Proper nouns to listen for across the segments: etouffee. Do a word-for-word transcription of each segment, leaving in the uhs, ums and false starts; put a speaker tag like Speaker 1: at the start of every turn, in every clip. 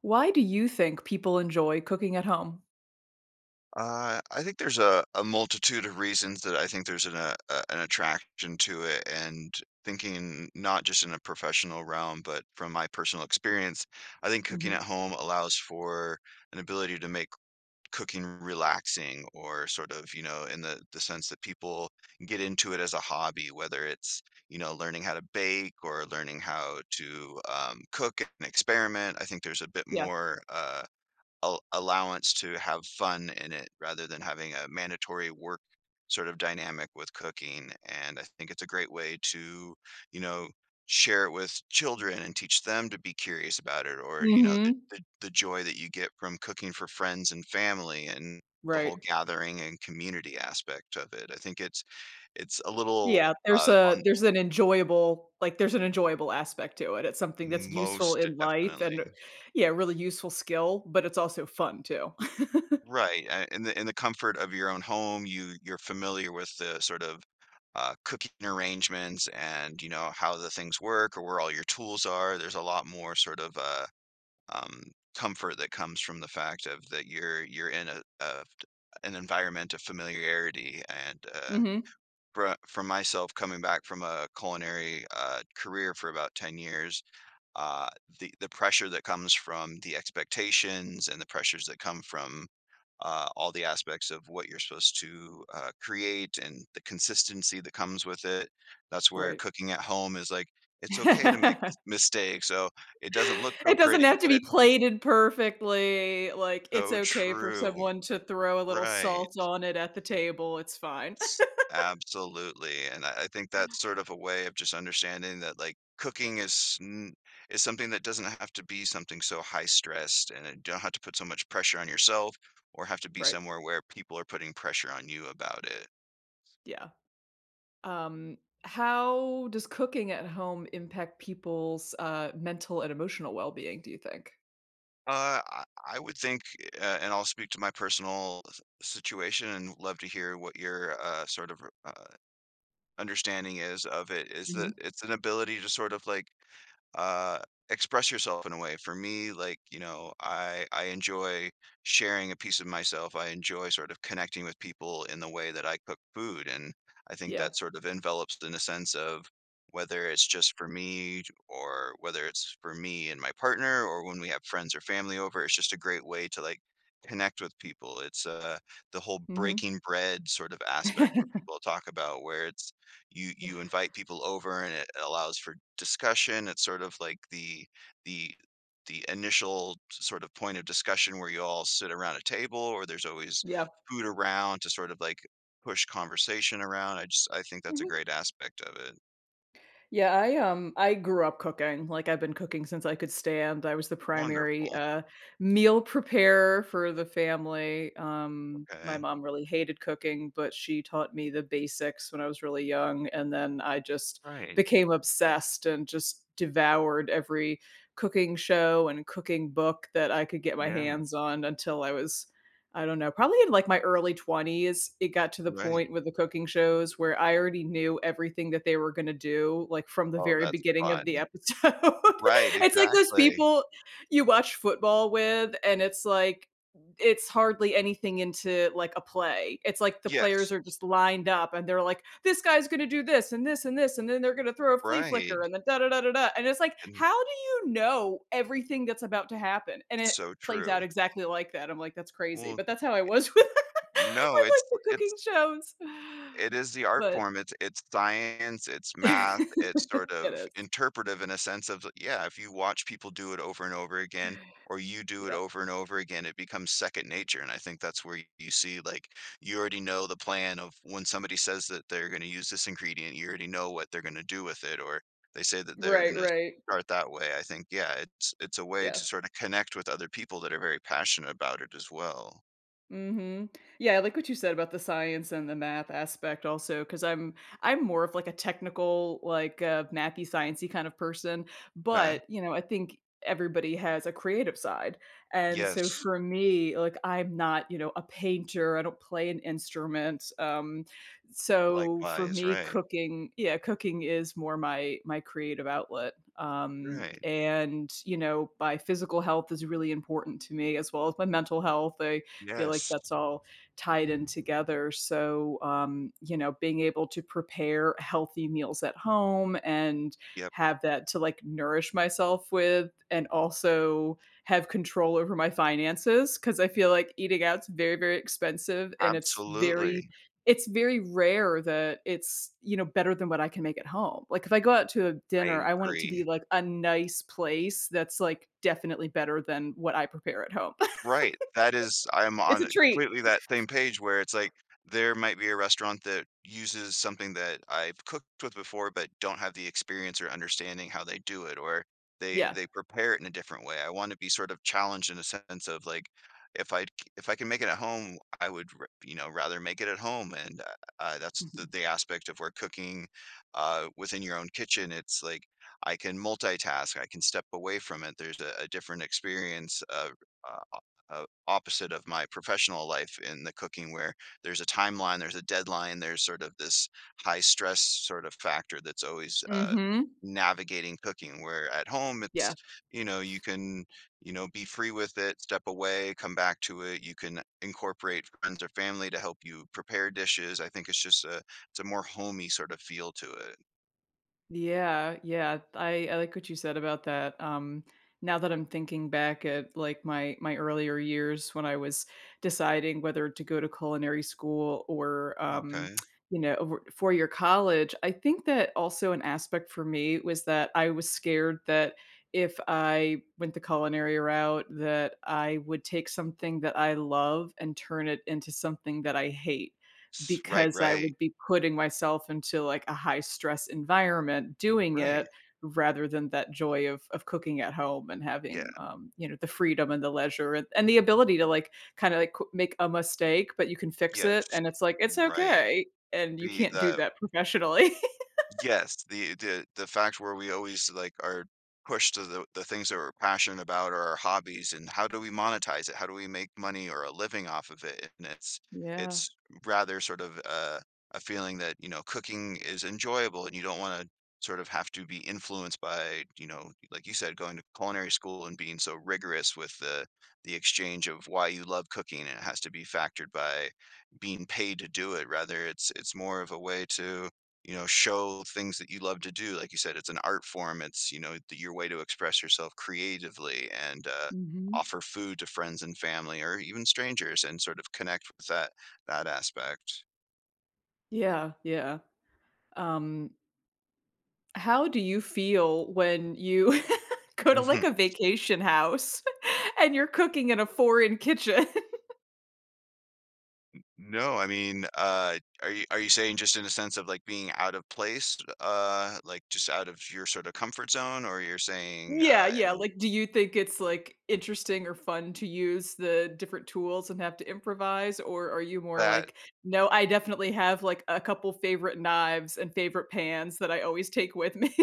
Speaker 1: Why do you think people enjoy cooking at home?
Speaker 2: Uh, I think there's a a multitude of reasons that I think there's an a a an attraction to it, and thinking not just in a professional realm, but from my personal experience, I think cooking
Speaker 1: Mhm.
Speaker 2: at home allows for an ability to make cooking relaxing or sort of, you know, in the the sense that people get into it as a hobby, whether it's, you know, learning how to bake or learning how to um, cook and experiment. I think there's a bit
Speaker 1: Yeah.
Speaker 2: more uh al allowance to have fun in it rather than having a mandatory work sort of dynamic with cooking, and I think it's a great way to, you know, share it with children and teach them to be curious about it or, you know, the
Speaker 1: Mhm.
Speaker 2: the the joy that you get from cooking for friends and family and the
Speaker 1: Right.
Speaker 2: whole gathering and community aspect of it. I think it's it's a little,
Speaker 1: Yeah, there's
Speaker 2: uh,
Speaker 1: a
Speaker 2: on
Speaker 1: there's an enjoyable like, there's an enjoyable aspect to it. It's something that's useful
Speaker 2: most
Speaker 1: in life
Speaker 2: definitely.
Speaker 1: and yeah, really useful skill, but it's also fun too.
Speaker 2: Right, uh, in the in the comfort of your own home, you you're familiar with the sort of, uh, cooking arrangements and, you know, how the things work or where all your tools are. There's a lot more sort of, uh, um, comfort that comes from the fact of that you're you're in a a an environment of familiarity and, uh,
Speaker 1: Mhm.
Speaker 2: for for myself coming back from a culinary, uh, career for about ten years uh, the the pressure that comes from the expectations and the pressures that come from uh, all the aspects of what you're supposed to uh, create and the consistency that comes with it. That's where
Speaker 1: Right.
Speaker 2: cooking at home is like it's okay to make mistakes, so it doesn't look so
Speaker 1: It doesn't
Speaker 2: pretty,
Speaker 1: have to
Speaker 2: but
Speaker 1: be
Speaker 2: it's
Speaker 1: plated perfectly, like, it's
Speaker 2: so
Speaker 1: okay for
Speaker 2: true.
Speaker 1: someone to throw a little salt
Speaker 2: Right.
Speaker 1: on it at the table, it's fine.
Speaker 2: S Absolutely, and I I think that's sort of a way of just understanding that, like, cooking is n is something that doesn't have to be something so high stressed, and you don't have to put so much pressure on yourself or have to be
Speaker 1: Right.
Speaker 2: somewhere where people are putting pressure on you about it.
Speaker 1: Yeah. Um, how does cooking at home impact people's, uh, mental and emotional well-being, do you think?
Speaker 2: Uh, I I would think, uh, and I'll speak to my personal s situation and love to hear what your, uh, sort of, uh understanding is of it is that
Speaker 1: Mhm.
Speaker 2: it's an ability to sort of like, uh, express yourself in a way. For me, like, you know, I I enjoy sharing a piece of myself. I enjoy sort of connecting with people in the way that I cook food, and I think
Speaker 1: Yeah.
Speaker 2: that sort of envelops in a sense of whether it's just for me or whether it's for me and my partner or when we have friends or family over, it's just a great way to like connect with people. It's uh the whole
Speaker 1: Mhm.
Speaker 2: breaking bread sort of aspect where people talk about where it's you you invite people over and it allows for discussion. It's sort of like the the the initial sort of point of discussion where you all sit around a table or there's always
Speaker 1: Yeah.
Speaker 2: food around to sort of like push conversation around. I just I think that's a
Speaker 1: Mhm.
Speaker 2: great aspect of it.
Speaker 1: Yeah, I, um, I grew up cooking, like, I've been cooking since I could stand. I was the primary,
Speaker 2: Wonderful.
Speaker 1: uh, meal preparer for the family. Um, my
Speaker 2: Okay.
Speaker 1: mom really hated cooking, but she taught me the basics when I was really young, and then I just
Speaker 2: Right.
Speaker 1: became obsessed and just devoured every cooking show and cooking book that I could get my
Speaker 2: Yeah.
Speaker 1: hands on until I was I don't know, probably in, like, my early twenties. It got to the
Speaker 2: Right.
Speaker 1: point with the cooking shows where I already knew everything that they were gonna do, like, from the
Speaker 2: Oh,
Speaker 1: very
Speaker 2: that's
Speaker 1: beginning of the
Speaker 2: fun.
Speaker 1: episode.
Speaker 2: Right,
Speaker 1: It's like those
Speaker 2: exactly.
Speaker 1: people you watch football with, and it's like, it's hardly anything into, like, a play. It's like the
Speaker 2: Yes.
Speaker 1: players are just lined up, and they're like, "This guy's gonna do this, and this, and this, and then they're gonna throw a flea flicker,
Speaker 2: Right.
Speaker 1: and then da da da da da," and it's like,
Speaker 2: And
Speaker 1: how do you know everything that's about to happen? And it
Speaker 2: so
Speaker 1: plays
Speaker 2: true.
Speaker 1: out exactly like that. I'm like, "That's crazy,"
Speaker 2: Well,
Speaker 1: but that's how I was with
Speaker 2: no,
Speaker 1: with,
Speaker 2: it's
Speaker 1: like, the
Speaker 2: it's
Speaker 1: cooking shows.
Speaker 2: it is the art
Speaker 1: But
Speaker 2: form. It's it's science, it's math, it's
Speaker 1: it
Speaker 2: sort of
Speaker 1: is.
Speaker 2: interpretive in a sense of, yeah, if you watch people do it over and over again, or you do it
Speaker 1: Yeah.
Speaker 2: over and over again, it becomes second nature. And I think that's where you see, like, you already know the plan of when somebody says that they're going to use this ingredient, you already know what they're going to do with it, or they say that they're
Speaker 1: Right,
Speaker 2: going to
Speaker 1: right.
Speaker 2: start that way. I think, yeah, it's it's a way
Speaker 1: Yeah.
Speaker 2: to sort of connect with other people that are very passionate about it as well.
Speaker 1: Mhm. Yeah, I like what you said about the science and the math aspect also, because I 'cause I'm I'm more of, like, a technical, like, uh, mathy, sciencey kind of person,
Speaker 2: Okay.
Speaker 1: but, you know, I think everybody has a creative side, and so
Speaker 2: Yes.
Speaker 1: for me, like, I'm not, you know, a painter, I don't play an instrument. Um, so for
Speaker 2: Likewise.
Speaker 1: me,
Speaker 2: Right.
Speaker 1: cooking yeah, cooking is more my my creative outlet. Um,
Speaker 2: Right.
Speaker 1: and, you know, my physical health is really important to me as well as my mental health. I feel like
Speaker 2: Yes.
Speaker 1: that's all tied in together. So, um, you know, being able to prepare healthy meals at home and
Speaker 2: Yep,
Speaker 1: have that to like nourish myself with, and also have control over my finances, because I feel like eating out's very, very expensive and it's very
Speaker 2: absolutely.
Speaker 1: it's very rare that it's, you know, better than what I can make at home. Like if I go out to a dinner,
Speaker 2: I
Speaker 1: I want it to
Speaker 2: agree.
Speaker 1: be like a nice place that's like definitely better than what I prepare at home.
Speaker 2: Right, that is I'm
Speaker 1: It's
Speaker 2: on
Speaker 1: a
Speaker 2: a
Speaker 1: treat.
Speaker 2: completely that same page where it's like, there might be a restaurant that uses something that I've cooked with before, but don't have the experience or understanding how they do it, or they
Speaker 1: Yeah.
Speaker 2: they prepare it in a different way. I wanna be sort of challenged in a sense of, like, if i if I can make it at home, I would r you know, rather make it at home, and, uh uh, that's the
Speaker 1: Mhm.
Speaker 2: the aspect of where cooking, uh, within your own kitchen, it's like, I can multitask, I can step away from it, there's a a different experience, uh uh uh, opposite of my professional life in the cooking where there's a timeline, there's a deadline, there's sort of this high stress sort of factor that's always uh,
Speaker 1: Mhm.
Speaker 2: navigating cooking where at home it's
Speaker 1: Yeah.
Speaker 2: you know you can you know be free with it, step away, come back to it, you can incorporate friends or family to help you prepare dishes. I think it's just a it's a more homey sort of feel to it.
Speaker 1: Yeah, yeah. I I like what you said about that. Um, now that I'm thinking back at, like, my my earlier years when I was deciding whether to go to culinary school or, um,
Speaker 2: Okay.
Speaker 1: you know, four-year college, I think that also an aspect for me was that I was scared that if I went the culinary route, that I would take something that I love and turn it into something that I hate.
Speaker 2: S- right.
Speaker 1: Because I
Speaker 2: Right.
Speaker 1: would be putting myself into, like, a high stress environment doing
Speaker 2: Right.
Speaker 1: it rather than that joy of of cooking at home and having,
Speaker 2: Yeah.
Speaker 1: um, you know, the freedom and the leisure and and the ability to, like, kinda, like, qu make a mistake, but you can fix
Speaker 2: Yes.
Speaker 1: it, and it's like, "It's
Speaker 2: Right.
Speaker 1: okay," and you
Speaker 2: the
Speaker 1: can't do
Speaker 2: the
Speaker 1: that professionally.
Speaker 2: yes, the the the fact where we always, like, are pushed to the the things that we're passionate about or our hobbies, and how do we monetize it? How do we make money or a living off of it? And it's
Speaker 1: Yeah.
Speaker 2: it's rather sort of a a feeling that, you know, cooking is enjoyable and you don't wanna sort of have to be influenced by, you know, like you said, going to culinary school and being so rigorous with the the exchange of why you love cooking, and it has to be factored by being paid to do it, rather it's it's more of a way to, you know, show things that you love to do. Like you said, it's an art form. It's, you know, the, your way to express yourself creatively and uh,
Speaker 1: Mhm.
Speaker 2: offer food to friends and family or even strangers and sort of connect with that that aspect.
Speaker 1: Yeah, yeah. Um, how do you feel when you go to,
Speaker 2: Mhm.
Speaker 1: like, a vacation house and you're cooking in a foreign kitchen?
Speaker 2: No, I mean, uh, are you are you saying just in a sense of like being out of place, uh, like just out of your sort of comfort zone, or you're saying
Speaker 1: Yeah,
Speaker 2: uh, in
Speaker 1: yeah,
Speaker 2: a-
Speaker 1: like, do you think it's, like, interesting or fun to use the different tools and have to improvise, or are you more
Speaker 2: that.
Speaker 1: like, "No, I definitely have, like, a couple favorite knives and favorite pans that I always take with me."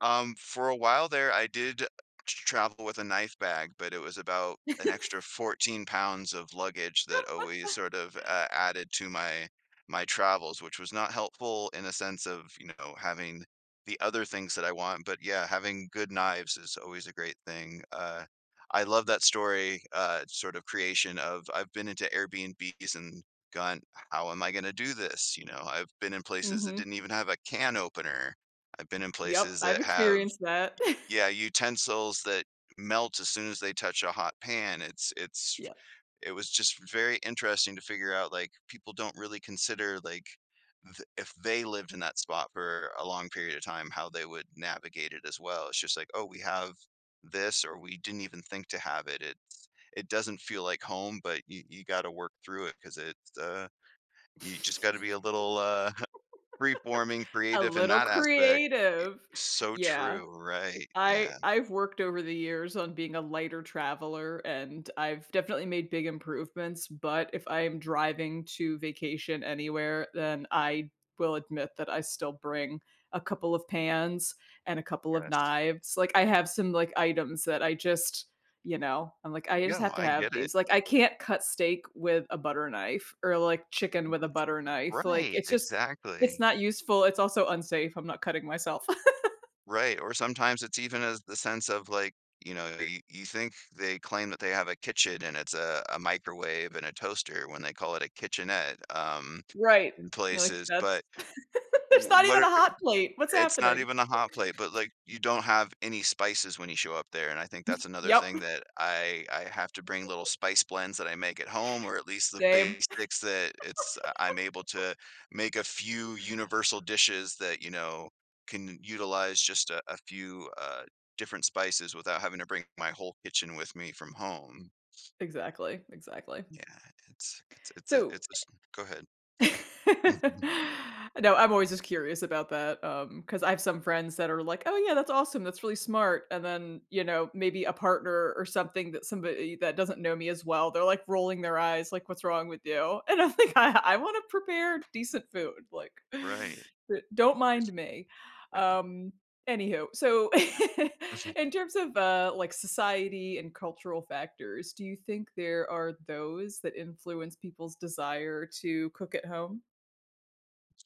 Speaker 2: Um, for a while there, I did t travel with a knife bag, but it was about an extra fourteen pounds of luggage that always sort of, uh, added to my my travels, which was not helpful in a sense of, you know, having the other things that I want, but yeah, having good knives is always a great thing. Uh, I love that story, uh, sort of creation of I've been into Airbnbs and gone, "How am I gonna do this?" You know, I've been in places that
Speaker 1: Mhm.
Speaker 2: didn't even have a can opener. I've been in
Speaker 1: Yep,
Speaker 2: places
Speaker 1: I've
Speaker 2: that have
Speaker 1: experienced that.
Speaker 2: yeah, utensils that melt as soon as they touch a hot pan. It's it's
Speaker 1: Yep.
Speaker 2: it was just very interesting to figure out, like, people don't really consider, like, th if they lived in that spot for a long period of time, how they would navigate it as well. It's just like, "Oh, we have this," or, "We didn't even think to have it." It's it doesn't feel like home, but you you gotta work through it because it's, uh you just gotta be a little, uh, free-forming,
Speaker 1: A
Speaker 2: creative in
Speaker 1: little
Speaker 2: that aspect.
Speaker 1: creative.
Speaker 2: So
Speaker 1: Yeah,
Speaker 2: true, right,
Speaker 1: I
Speaker 2: yeah,
Speaker 1: I've worked over the years on being a lighter traveler, and I've definitely made big improvements, but if I am driving to vacation anywhere, then I will admit that I still bring a couple of pans and a couple of
Speaker 2: yes.
Speaker 1: knives. Like I have some like items that I just, you know, I'm like, I just
Speaker 2: Yeah.
Speaker 1: have to
Speaker 2: I
Speaker 1: have
Speaker 2: get it.
Speaker 1: these. Like I can't cut steak with a butter knife or like chicken with a butter knife. Like
Speaker 2: Right,
Speaker 1: it's just it's
Speaker 2: exactly.
Speaker 1: not useful. It's also unsafe. I'm not cutting myself.
Speaker 2: Right, or sometimes it's even as the sense of, like, you know, you you think they claim that they have a kitchen and it's a a microwave and a toaster when they call it a kitchenette, um,
Speaker 1: Right.
Speaker 2: in
Speaker 1: You're like,
Speaker 2: places,
Speaker 1: that's
Speaker 2: but
Speaker 1: There's
Speaker 2: w
Speaker 1: not
Speaker 2: what
Speaker 1: even a
Speaker 2: are
Speaker 1: hot plate. What's
Speaker 2: it's not
Speaker 1: happening?
Speaker 2: even a hot plate, but, like, you don't have any spices when you show up there, and I think that's another
Speaker 1: Yep,
Speaker 2: thing that I I have to bring little spice blends that I make at home, or at least the
Speaker 1: same.
Speaker 2: basics that it's uh, I'm able to make a few universal dishes that, you know, can utilize just a a few, uh, different spices without having to bring my whole kitchen with me from home.
Speaker 1: Exactly, exactly.
Speaker 2: Yeah, it's it's it's a
Speaker 1: So
Speaker 2: it's a s go ahead.
Speaker 1: No, I'm always just curious about that. Um, because I have some friends that are like, "Oh, yeah, that's awesome. That's really smart." And then, you know, maybe a partner or something, that somebody that doesn't know me as well, they're, like, rolling their eyes, like, "What's wrong with you?" And I'm like, "I I wanna prepare decent food, like,
Speaker 2: Right.
Speaker 1: don't
Speaker 2: It's
Speaker 1: mind me."
Speaker 2: yeah.
Speaker 1: Um Anywho, so in terms of, uh, like, society and cultural factors, do you think there are those that influence people's desire to cook at home?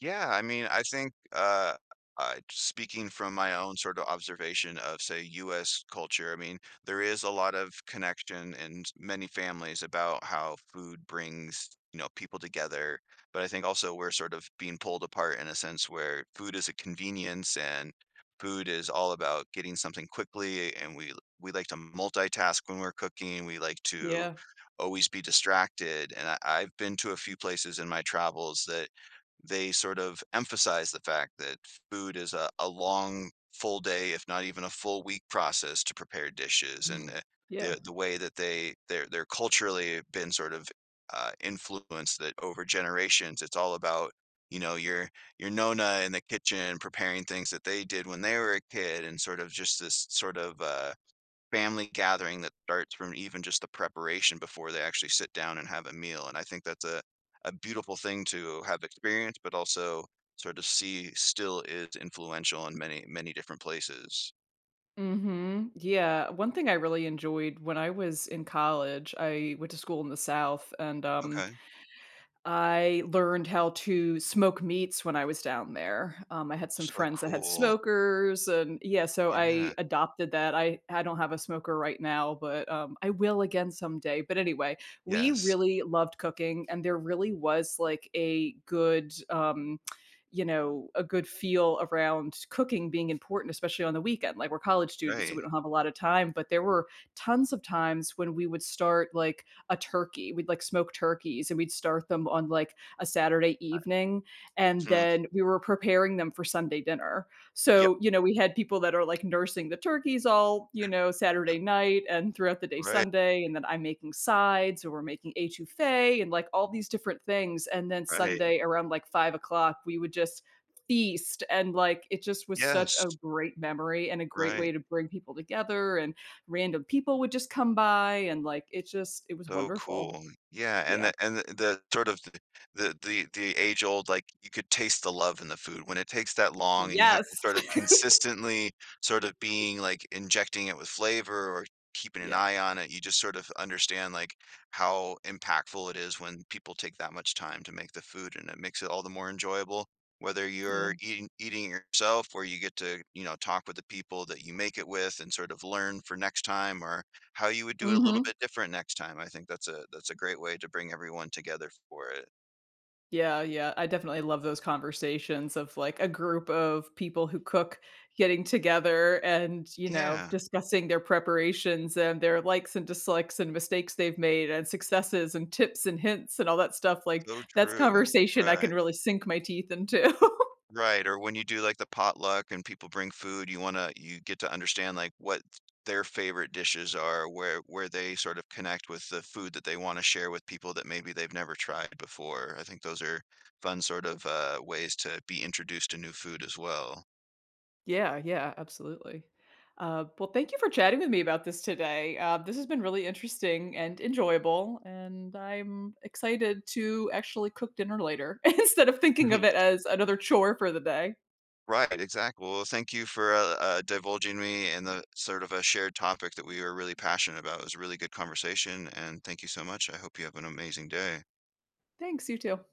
Speaker 2: Yeah, I mean, I think uh, uh, speaking from my own sort of observation of, say, U S culture, I mean, there is a lot of connection in s- many families about how food brings, you know, people together. But I think also we're sort of being pulled apart in a sense where food is a convenience, and food is all about getting something quickly, and we we like to multitask when we're cooking. We like to
Speaker 1: Yeah.
Speaker 2: always be distracted. And I, I've been to a few places in my travels that they sort of emphasize the fact that food is a, a long, full day, if not even a full week process to prepare dishes. And uh, the
Speaker 1: Yeah.
Speaker 2: the way that they they're they're culturally been sort of uh, influenced that over generations, it's all about, you know, your your nona in the kitchen preparing things that they did when they were a kid, and sort of just this sort of uh, family gathering that starts from even just the preparation before they actually sit down and have a meal, and I think that's a a beautiful thing to have experienced, but also sort of see still is influential in many, many different places.
Speaker 1: Mhm. Yeah. One thing I really enjoyed when I was in college, I went to school in the South, and, um
Speaker 2: Okay.
Speaker 1: I learned how to smoke meats when I was down there. Um, I had some
Speaker 2: So
Speaker 1: friends that had
Speaker 2: cool.
Speaker 1: smokers and yeah, so
Speaker 2: Yeah.
Speaker 1: I adopted that. I I don't have a smoker right now, but um, I will again someday. But anyway, we
Speaker 2: Yes.
Speaker 1: really loved cooking, and there really was like a good um you know, a good feel around cooking being important, especially on the weekend. Like we're college students, so
Speaker 2: Right.
Speaker 1: we don't have a lot of time, but there were tons of times when we would start like a turkey. We'd like smoke turkeys and we'd start them on like a Saturday evening. And
Speaker 2: Mhm.
Speaker 1: then we were preparing them for Sunday dinner.
Speaker 2: Yep.
Speaker 1: So, you know, we had people that are like nursing the turkeys all, you know, Saturday night and throughout the day
Speaker 2: Right,
Speaker 1: Sunday. And then I'm making sides or we're making etouffee and like all these different things. And then
Speaker 2: right.
Speaker 1: Sunday around like five o'clock, we would just feast, and like it just was such a
Speaker 2: Yes.
Speaker 1: great memory and a great
Speaker 2: Right.
Speaker 1: way to bring people together, and random people would just come by, and, like, it just it was
Speaker 2: So
Speaker 1: wonderful.
Speaker 2: cool. Yeah, and
Speaker 1: Yeah.
Speaker 2: the and the the sort of the the the the age old, like, you could taste the love in the food. When it takes that long and you have
Speaker 1: Yes.
Speaker 2: to sort of consistently sort of being, like, injecting it with flavor or keeping an
Speaker 1: Yeah,
Speaker 2: eye on it, you just sort of understand, like, how impactful it is when people take that much time to make the food, and it makes it all the more enjoyable. Whether
Speaker 1: yeah.
Speaker 2: you're eating eating it yourself or you get to, you know, talk with the people that you make it with and sort of learn for next time or how you would do it a little
Speaker 1: Mhm.
Speaker 2: bit different next time. I think that's a that's a great way to bring everyone together for it.
Speaker 1: Yeah, yeah, I definitely love those conversations of, like, a group of people who cook getting together and, you know,
Speaker 2: Yeah,
Speaker 1: discussing their preparations and their likes and dislikes and mistakes they've made and successes and tips and hints and all that stuff, like,
Speaker 2: so
Speaker 1: that's
Speaker 2: true.
Speaker 1: conversation I
Speaker 2: Right.
Speaker 1: can really sink my teeth into.
Speaker 2: Right, or when you do, like, the potluck and people bring food, you wanna you get to understand, like, what their favorite dishes are, where where they sort of connect with the food that they wanna share with people that maybe they've never tried before. I think those are fun sort of, uh, ways to be introduced to new food as well.
Speaker 1: Yeah, yeah, absolutely. Uh, well, thank you for chatting with me about this today. Uh, this has been really interesting and enjoyable, and I'm excited to actually cook dinner later instead of thinking of it as another chore for the day.
Speaker 2: Right, exactly. Well, thank you for uh, uh, divulging me and the sort of a shared topic that we were really passionate about. It was a really good conversation, and thank you so much. I hope you have an amazing day.
Speaker 1: Thanks, you too.